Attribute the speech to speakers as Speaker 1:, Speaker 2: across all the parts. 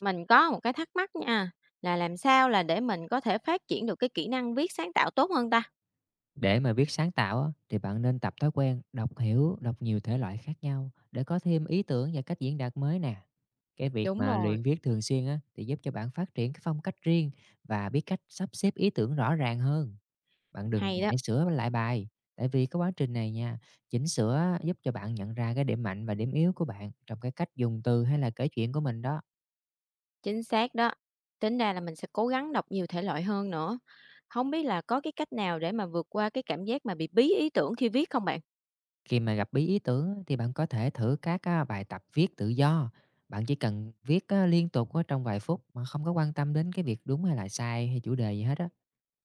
Speaker 1: Mình có một cái thắc mắc nha, là làm sao là để mình có thể phát triển được cái kỹ năng viết sáng tạo tốt hơn ta?
Speaker 2: Để mà viết sáng tạo á, thì bạn nên tập thói quen đọc hiểu, đọc nhiều thể loại khác nhau để có thêm ý tưởng và cách diễn đạt mới nè. Cái việc
Speaker 1: Đúng
Speaker 2: mà
Speaker 1: rồi.
Speaker 2: luyện viết thường xuyên á, thì giúp cho bạn phát triển cái phong cách riêng và biết cách sắp xếp ý tưởng rõ ràng hơn. Bạn đừng
Speaker 1: Hay đó,
Speaker 2: ngại sửa lại bài, tại vì cái quá trình này nha, chỉnh sửa á, giúp cho bạn nhận ra cái điểm mạnh và điểm yếu của bạn trong cái cách dùng từ hay là kể chuyện của mình đó.
Speaker 1: chính xác đó. Tính ra là mình sẽ cố gắng đọc nhiều thể loại hơn nữa. Không biết là có cái cách nào để mà vượt qua cái cảm giác mà bị bí ý tưởng khi viết không bạn?
Speaker 2: Khi mà gặp bí ý tưởng á, thì bạn có thể thử các á, bài tập viết tự do. Bạn chỉ cần viết á, liên tục á, trong vài phút mà không có quan tâm đến cái việc đúng hay là sai hay chủ đề gì hết á.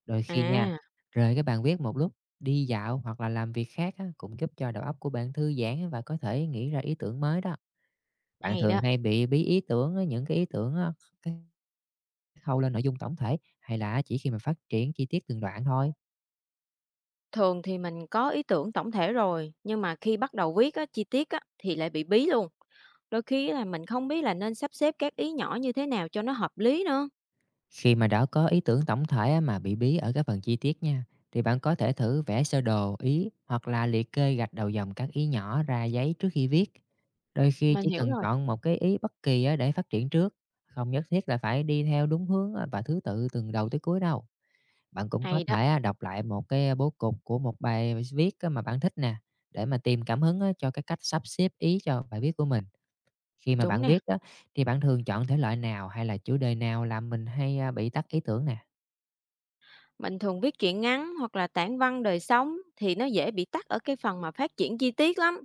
Speaker 2: Đôi khi nha,
Speaker 1: À,
Speaker 2: rời cái bàn viết một lúc, đi dạo hoặc là làm việc khác á, cũng giúp cho đầu óc của bạn thư giãn và có thể nghĩ ra ý tưởng mới đó. Bạn
Speaker 1: hay
Speaker 2: thường
Speaker 1: đó.
Speaker 2: hay bị bí ý tưởng á, những cái ý tưởng á, cái khâu lên nội dung tổng thể hay là chỉ khi mà phát triển chi tiết từng đoạn thôi?
Speaker 1: Thường thì mình có ý tưởng tổng thể rồi, nhưng mà khi bắt đầu viết á, chi tiết á, thì lại bị bí luôn. Đôi khi là mình không biết là nên sắp xếp các ý nhỏ như thế nào cho nó hợp lý nữa.
Speaker 2: Khi mà đã có ý tưởng tổng thể á, mà bị bí ở các phần chi tiết nha, thì bạn có thể thử vẽ sơ đồ ý hoặc là liệt kê gạch đầu dòng các ý nhỏ ra giấy trước khi viết. Đôi khi
Speaker 1: Mình
Speaker 2: chỉ
Speaker 1: hiểu
Speaker 2: cần
Speaker 1: rồi.
Speaker 2: chọn một cái ý bất kỳ á, để phát triển trước, không nhất thiết là phải đi theo đúng hướng á, và thứ tự từ đầu tới cuối đâu. Bạn cũng có
Speaker 1: Hay đó,
Speaker 2: thể á, đọc lại một cái bố cục của một bài viết á, mà bạn thích nè, để mà tìm cảm hứng á, cho cái cách sắp xếp ý cho bài viết của mình. Khi mà
Speaker 1: đúng
Speaker 2: bạn
Speaker 1: nè.
Speaker 2: viết á, thì bạn thường chọn thể loại nào hay là chủ đề nào làm mình hay, bị tắt ý tưởng nè?
Speaker 1: Mình thường viết truyện ngắn hoặc là tản văn đời sống thì nó dễ bị tắc ở cái phần mà phát triển chi tiết lắm.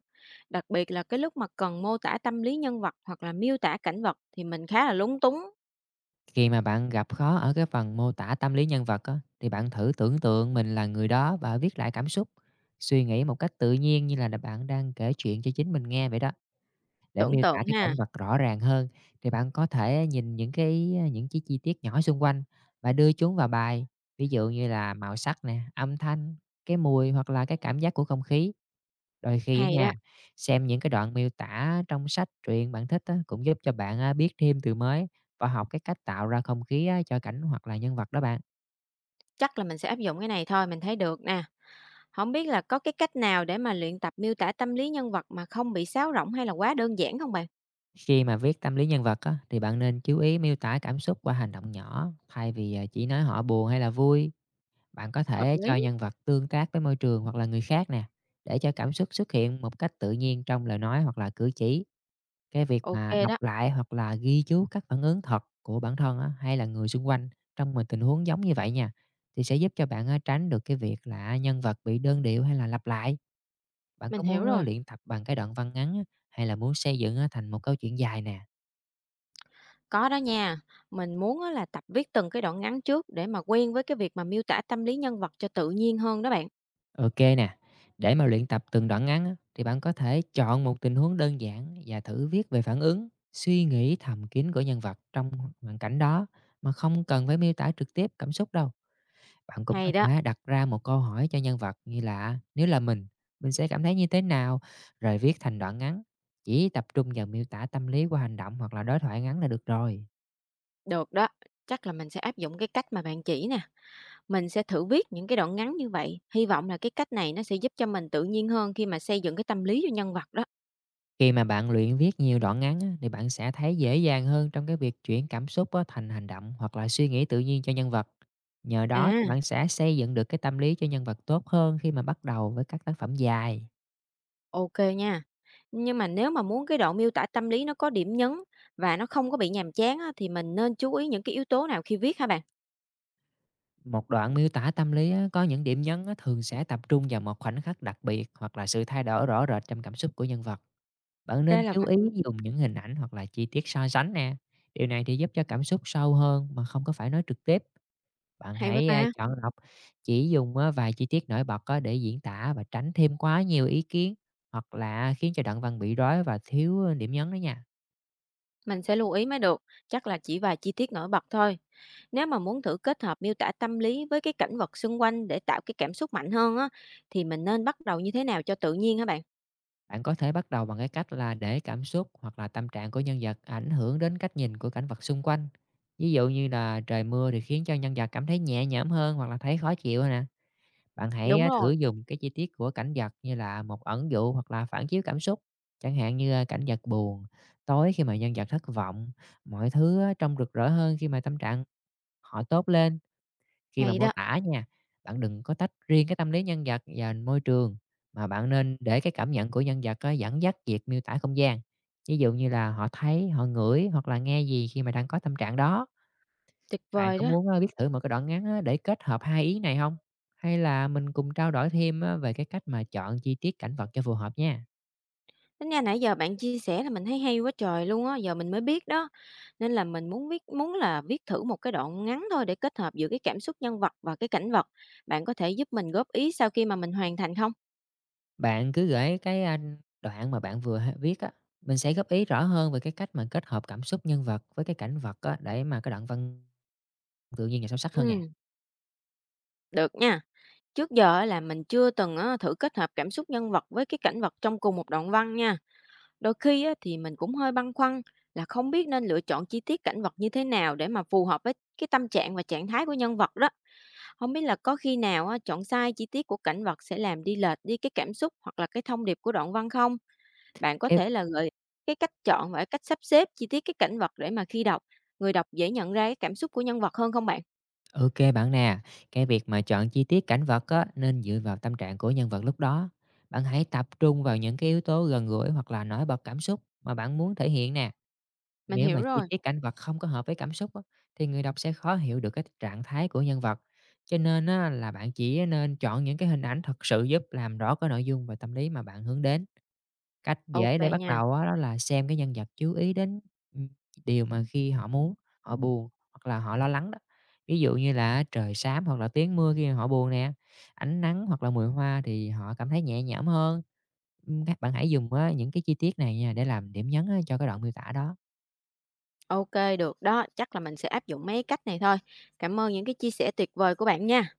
Speaker 1: Đặc biệt là cái lúc mà cần mô tả tâm lý nhân vật hoặc là miêu tả cảnh vật thì mình khá là lúng túng.
Speaker 2: Khi mà bạn gặp khó ở cái phần mô tả tâm lý nhân vật á, thì bạn thử tưởng tượng mình là người đó và viết lại cảm xúc, suy nghĩ một cách tự nhiên như là bạn đang kể chuyện cho chính mình nghe vậy đó. Để
Speaker 1: Tưởng
Speaker 2: miêu
Speaker 1: tượng
Speaker 2: tả cái
Speaker 1: ha,
Speaker 2: cảnh vật rõ ràng hơn, thì bạn có thể nhìn những cái chi tiết nhỏ xung quanh và đưa chúng vào bài, ví dụ như là màu sắc nè, âm thanh, cái mùi hoặc là cái cảm giác của không khí. Đôi khi á
Speaker 1: hay đó.
Speaker 2: nha, xem những cái đoạn miêu tả trong sách truyện bạn thích á, cũng giúp cho bạn, biết thêm từ mới và học cái cách tạo ra không khí á cho cảnh hoặc là nhân vật đó bạn.
Speaker 1: Chắc là mình sẽ áp dụng cái này thôi, mình thấy được nè. Không biết là có cái cách nào để mà luyện tập miêu tả tâm lý nhân vật mà không bị sáo rỗng hay là quá đơn giản không bạn?
Speaker 2: Khi mà viết tâm lý nhân vật á, thì bạn nên chú ý miêu tả cảm xúc qua hành động nhỏ, thay vì, chỉ nói họ buồn hay là vui. Bạn có
Speaker 1: Hợp
Speaker 2: thể cho
Speaker 1: lý.
Speaker 2: nhân vật tương tác với môi trường hoặc là người khác nè, để cho cảm xúc xuất hiện một cách tự nhiên trong lời nói hoặc là cử chỉ. Cái việc
Speaker 1: Ok
Speaker 2: mà đọc
Speaker 1: đó,
Speaker 2: lại hoặc là ghi chú các phản ứng thật của bản thân á, hay là người xung quanh trong một tình huống giống như vậy nha, thì sẽ giúp cho bạn á, tránh được cái việc là nhân vật bị đơn điệu hay là lặp lại. Bạn có
Speaker 1: mình hiểu
Speaker 2: muốn á,
Speaker 1: rồi.
Speaker 2: luyện tập bằng cái đoạn văn ngắn á, hay là muốn xây dựng á, thành một câu chuyện dài nè?
Speaker 1: Có đó nha. Mình muốn á là tập viết từng cái đoạn ngắn trước để mà quen với cái việc mà miêu tả tâm lý nhân vật cho tự nhiên hơn đó bạn.
Speaker 2: OK nè, để mà luyện tập từng đoạn ngắn á, thì bạn có thể chọn một tình huống đơn giản và thử viết về phản ứng, suy nghĩ thầm kín của nhân vật trong hoàn cảnh đó mà không cần phải miêu tả trực tiếp cảm xúc đâu. Bạn cũng có
Speaker 1: Hay đó,
Speaker 2: thể đặt ra một câu hỏi cho nhân vật như là nếu là mình sẽ cảm thấy như thế nào, rồi viết thành đoạn ngắn. Chỉ tập trung vào miêu tả tâm lý qua hành động hoặc là đối thoại ngắn là được rồi.
Speaker 1: được đó. Chắc là mình sẽ áp dụng cái cách mà bạn chỉ nè. Mình sẽ thử viết những cái đoạn ngắn như vậy. Hy vọng là cái cách này nó sẽ giúp cho mình tự nhiên hơn khi mà xây dựng cái tâm lý cho nhân vật đó.
Speaker 2: Khi mà bạn luyện viết nhiều đoạn ngắn á, thì bạn sẽ thấy dễ dàng hơn trong cái việc chuyển cảm xúc á, thành hành động hoặc là suy nghĩ tự nhiên cho nhân vật. Nhờ đó thì
Speaker 1: À,
Speaker 2: bạn sẽ xây dựng được cái tâm lý cho nhân vật tốt hơn khi mà bắt đầu với các tác phẩm dài.
Speaker 1: ok nha. Nhưng mà nếu mà muốn cái đoạn miêu tả tâm lý nó có điểm nhấn và nó không có bị nhàm chán á, thì mình nên chú ý những cái yếu tố nào khi viết hả bạn?
Speaker 2: Một đoạn miêu tả tâm lý á, có những điểm nhấn á, thường sẽ tập trung vào một khoảnh khắc đặc biệt hoặc là sự thay đổi rõ rệt trong cảm xúc của nhân vật. Bạn
Speaker 1: Ra
Speaker 2: nên
Speaker 1: là
Speaker 2: chú ý
Speaker 1: vậy.
Speaker 2: dùng những hình ảnh hoặc là chi tiết so sánh nè. Điều này thì giúp cho cảm xúc sâu hơn mà không có phải nói trực tiếp. Bạn
Speaker 1: Hay quá
Speaker 2: hãy,
Speaker 1: ta.
Speaker 2: chọn lọc, chỉ dùng á vài chi tiết nổi bật á để diễn tả và tránh thêm quá nhiều ý kiến, hoặc là khiến cho đoạn văn bị rối và thiếu, điểm nhấn đó nha.
Speaker 1: Mình sẽ lưu ý mới được, chắc là chỉ vài chi tiết nổi bật thôi. Nếu mà muốn thử kết hợp miêu tả tâm lý với cái cảnh vật xung quanh để tạo cái cảm xúc mạnh hơn á, thì mình nên bắt đầu như thế nào cho tự nhiên hả bạn?
Speaker 2: Bạn có thể bắt đầu bằng cái cách là để cảm xúc hoặc là tâm trạng của nhân vật ảnh hưởng đến cách nhìn của cảnh vật xung quanh. Ví dụ như là trời mưa thì khiến cho nhân vật cảm thấy nhẹ nhõm hơn hoặc là thấy khó chịu nè. Bạn hãy,
Speaker 1: Đúng
Speaker 2: thử
Speaker 1: rồi,
Speaker 2: dùng cái chi tiết của cảnh vật như là một ẩn dụ hoặc là phản chiếu cảm xúc, chẳng hạn như, cảnh vật buồn, tối khi mà nhân vật thất vọng, mọi thứ á trông rực rỡ hơn khi mà tâm trạng họ tốt lên. Khi mà
Speaker 1: hay
Speaker 2: mô
Speaker 1: đó,
Speaker 2: tả nha, bạn đừng có tách riêng cái tâm lý nhân vật và môi trường, mà bạn nên để cái cảm nhận của nhân vật á dẫn dắt việc miêu tả không gian. Ví dụ như là họ thấy, họ ngửi hoặc là nghe gì khi mà đang có tâm trạng đó.
Speaker 1: tuyệt
Speaker 2: Bạn
Speaker 1: vời
Speaker 2: có
Speaker 1: đó.
Speaker 2: muốn, viết thử một cái đoạn ngắn á để kết hợp hai ý này không? Hay là mình cùng trao đổi thêm á về cái cách mà chọn chi tiết cảnh vật cho phù hợp nha.
Speaker 1: Tính ra nãy giờ bạn chia sẻ là mình thấy hay quá trời luôn á, giờ mình mới biết đó. Nên là mình muốn là viết thử một cái đoạn ngắn thôi để kết hợp giữa cái cảm xúc nhân vật và cái cảnh vật. Bạn có thể giúp mình góp ý sau khi mà mình hoàn thành không?
Speaker 2: Bạn cứ gửi cái, đoạn mà bạn vừa h viết á, mình sẽ góp ý rõ hơn về cái cách mà kết hợp cảm xúc nhân vật với cái cảnh vật á, để mà cái đoạn văn tự nhiên và sâu sắc hơn
Speaker 1: Ừ,
Speaker 2: nè.
Speaker 1: được nha. Trước giờ á là mình chưa từng á thử kết hợp cảm xúc nhân vật với cái cảnh vật trong cùng một đoạn văn nha. Đôi khi á thì mình cũng hơi băn khoăn là không biết nên lựa chọn chi tiết cảnh vật như thế nào để mà phù hợp với cái tâm trạng và trạng thái của nhân vật đó. Không biết là có khi nào á chọn sai chi tiết của cảnh vật sẽ làm đi lệch đi cái cảm xúc hoặc là cái thông điệp của đoạn văn không? Bạn có
Speaker 2: Cái
Speaker 1: thể là gợi cái cách chọn và cách sắp xếp chi tiết cái cảnh vật để mà khi đọc, người đọc dễ nhận ra cái cảm xúc của nhân vật hơn không bạn?
Speaker 2: ô bạn nè, cái việc mà chọn chi tiết cảnh vật á nên dựa vào tâm trạng của nhân vật lúc đó. Bạn hãy tập trung vào những cái yếu tố gần gũi hoặc là nổi bật cảm xúc mà bạn muốn thể hiện nè.
Speaker 1: Mình
Speaker 2: Nếu mà
Speaker 1: hiểu
Speaker 2: chi
Speaker 1: rồi.
Speaker 2: tiết cảnh vật không có hợp với cảm xúc á, thì người đọc sẽ khó hiểu được cái trạng thái của nhân vật. Cho nên á, là bạn chỉ nên chọn những cái hình ảnh thật sự giúp làm rõ cái nội dung và tâm lý mà bạn hướng đến. Cách dễ
Speaker 1: Ok
Speaker 2: để bắt
Speaker 1: nha.
Speaker 2: đầu á, đó là xem cái nhân vật chú ý đến ừ, điều mà khi họ muốn, họ buồn hoặc là họ lo lắng đó. Ví dụ như là trời xám hoặc là tiếng mưa khi họ buồn nè, ánh nắng hoặc là mùi hoa thì họ cảm thấy nhẹ nhõm hơn. Ừ, các bạn hãy dùng á, những cái chi tiết này nha để làm điểm nhấn á, cho cái đoạn miêu tả đó.
Speaker 1: OK, được đó, chắc là mình sẽ áp dụng mấy cách này thôi. Cảm ơn những cái chia sẻ tuyệt vời của bạn nha.